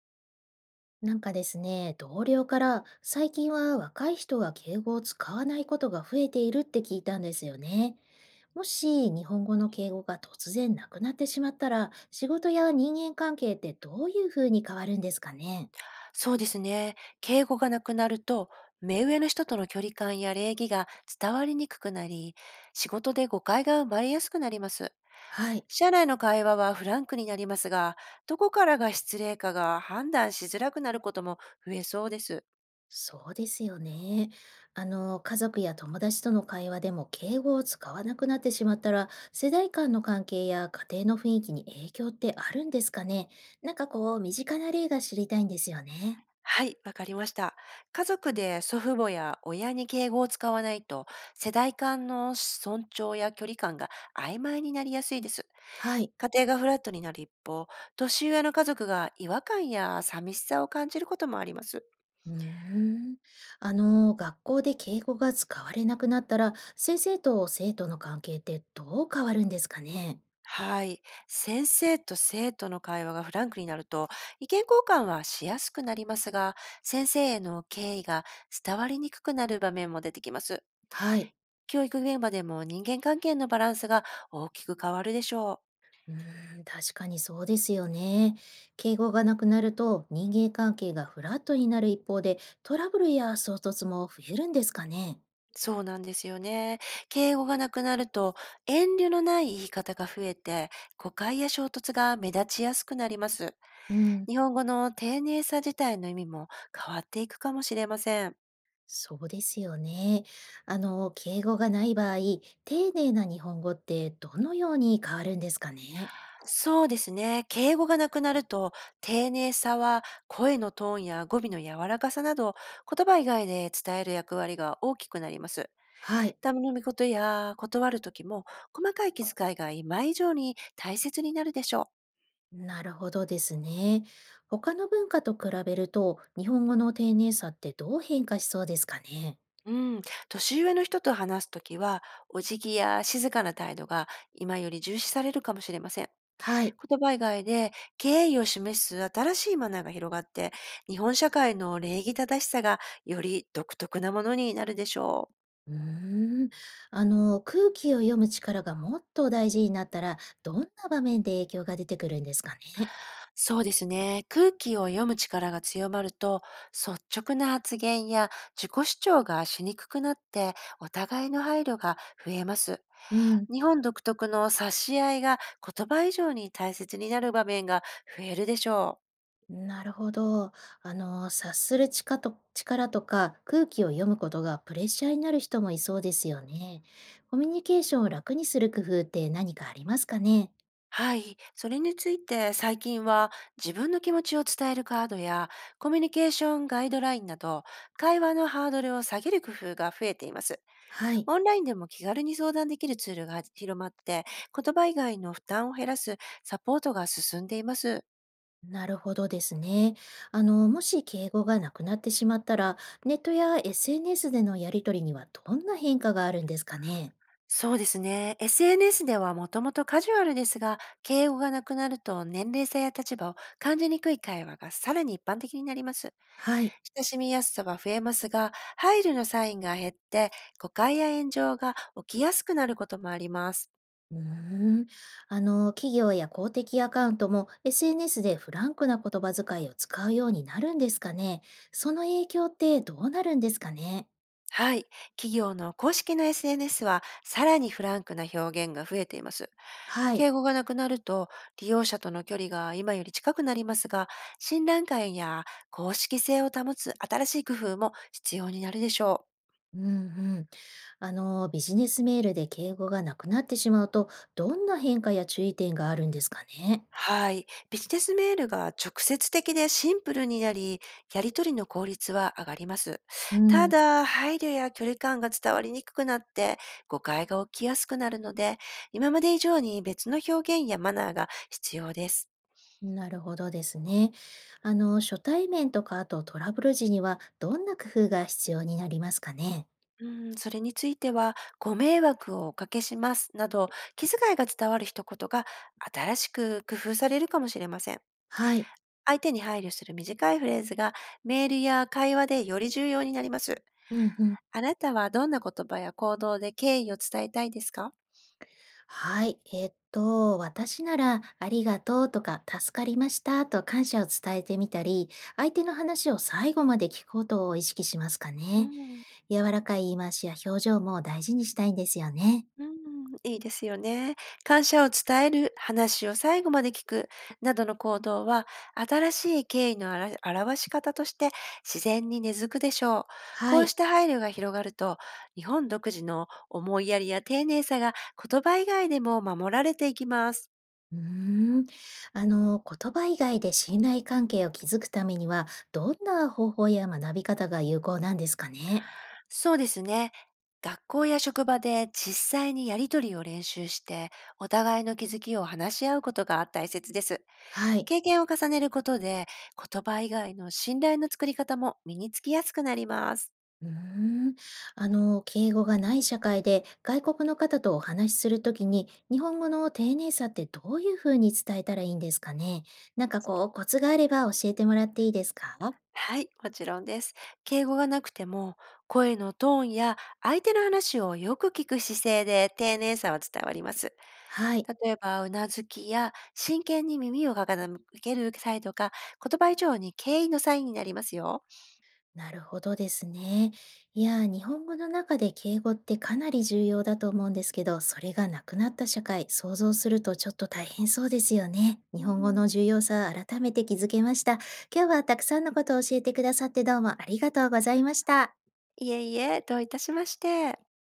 なんかですね、同僚から最近は若い人は敬語を使わないことが増えているって聞いたんですよね。もし日本語の敬語が突然なくなってしまったら、仕事や人間関係ってどういうふうに変わるんですかね。そうですね。敬語がなくなると、目上の人との距離感や礼儀が伝わりにくくなり、仕事で誤解が生まれやすくなります。はい。社内の会話はフランクになりますが、どこからが失礼かが判断しづらくなることも増えそうです。そうですよね。あの、家族や友達との会話でも敬語を使わなくなってしまったら、世代間の関係や家庭の雰囲気に影響ってあるんですかね。なんかこう、身近な例が知りたいんですよね。はい、わかりました。家族で祖父母や親に敬語を使わないと、世代間の尊重や距離感が曖昧になりやすいです。はい。家庭がフラットになる一方、年上の家族が違和感や寂しさを感じることもあります。うーん。あの、学校で敬語が使われなくなったら、先生と生徒の関係ってどう変わるんですかね。はい。先生と生徒の会話がフランクになると、意見交換はしやすくなりますが、先生への敬意が伝わりにくくなる場面も出てきます。はい。教育現場でも人間関係のバランスが大きく変わるでしょう。うーん、確かにそうですよね。敬語がなくなると人間関係がフラットになる一方で、トラブルや衝突も増えるんですかね。そうなんですよね。敬語がなくなると、遠慮のない言い方が増えて、誤解や衝突が目立ちやすくなります。うん、日本語の丁寧さ自体の意味も変わっていくかもしれません。そうですよね。あの、敬語がない場合、丁寧な日本語ってどのように変わるんですかね。そうですね。敬語がなくなると、丁寧さは声のトーンや語尾の柔らかさなど、言葉以外で伝える役割が大きくなります。はい。頼み事や断る時も、細かい気遣いが今以上に大切になるでしょう。なるほどですね。他の文化と比べると、日本語の丁寧さってどう変化しそうですかね。うん、年上の人と話すときは、お辞儀や静かな態度が今より重視されるかもしれません。はい。言葉以外で敬意を示す新しいマナーが広がって、日本社会の礼儀正しさがより独特なものになるでしょう。うーん。あの、空気を読む力がもっと大事になったら、どんな場面で影響が出てくるんですかね。そうですね。空気を読む力が強まると、率直な発言や自己主張がしにくくなって、お互いの配慮が増えます。うん。日本独特の差し合いが言葉以上に大切になる場面が増えるでしょう。なるほど。あの、察する力と力とか空気を読むことがプレッシャーになる人もいそうですよね。コミュニケーションを楽にする工夫って何かありますかね。はい。それについて最近は自分の気持ちを伝えるカードやコミュニケーションガイドラインなど、会話のハードルを下げる工夫が増えています。はい。オンラインでも気軽に相談できるツールが広まって、言葉以外の負担を減らすサポートが進んでいます。なるほどですね。あの、もし敬語がなくなってしまったら、ネットや SNS でのやりとりにはどんな変化があるんですかね。そうですね。SNS ではもともとカジュアルですが、敬語がなくなると、年齢差や立場を感じにくい会話がさらに一般的になります。はい。親しみやすさは増えますが、配慮のサインが減って、誤解や炎上が起きやすくなることもあります。うーん。あの、企業や公的アカウントも SNS でフランクな言葉遣いを使うようになるんですかね。その影響ってどうなるんですかね。はい。企業の公式の SNS は、さらにフランクな表現が増えています。はい。敬語がなくなると、利用者との距離が今より近くなりますが、信頼感や公式性を保つ新しい工夫も必要になるでしょう。うんうん。あの、ビジネスメールで敬語がなくなってしまうと、どんな変化や注意点があるんですかね。はい。ビジネスメールが直接的でシンプルになり、やり取りの効率は上がります。うたん。だ、配慮や距離感が伝わりにくくなって、誤解が起きやすくなるので、今まで以上に別の表現やマナーが必要です。なるほどですね。あの、初対面とか、あとトラブル時には、どんな工夫が必要になりますかね。うん、それについては、ご迷惑をおかけしますなど、気遣いが伝わる一言が新しく工夫されるかもしれません。はい。相手に配慮する短いフレーズが、メールや会話でより重要になります。うんうん。あなたはどんな言葉や行動で敬意を伝えたいですか？はい。私なら、ありがとうとか、助かりましたと感謝を伝えてみたり、相手の話を最後まで聞くことを意識しますかうね。ん柔らかい言い回しや表情も大事にしたいんですよね。うん、いいですよね。感謝を伝える、話を最後まで聞く、などの行動は、新しい敬意のあら表し方として自然に根付くでしょう。こはうしい。た配慮が広がると、日本独自の思いやりや丁寧さが言葉以外でも守られていきます。うーん、あの、言葉以外で信頼関係を築くためには、どんな方法や学び方が有効なんですかね？そうですね。学校や職場で実際にやりとりを練習して、お互いの気づきを話し合うことが大切です。はい。経験を重ねることで、言葉以外の信頼の作り方も身につきやすくなります。うーん、あの、敬語がない社会で外国の方とお話しするときに、日本語の丁寧さってどういうふうに伝えたらいいんですかね？なんかこうコツがあれば教えてもらっていいですか？はい、もちろんです。敬語がなくても、声のトーンや相手の話をよく聞く姿勢で丁寧さは伝わります。はい。例えば、うなずきや真剣に耳を傾ける際とか、言葉以上に敬意のサインになりますよ。なるほどですね。いやー、日本語の中で敬語ってかなり重要だと思うんですけど、それがなくなった社会、想像するとちょっと大変そうですよね。う日本んう語ん、の重要さ、改めて気づけました。今日はたくさんのことを教えてくださってどうもありがとうございました。いえいえ、どういたしまして。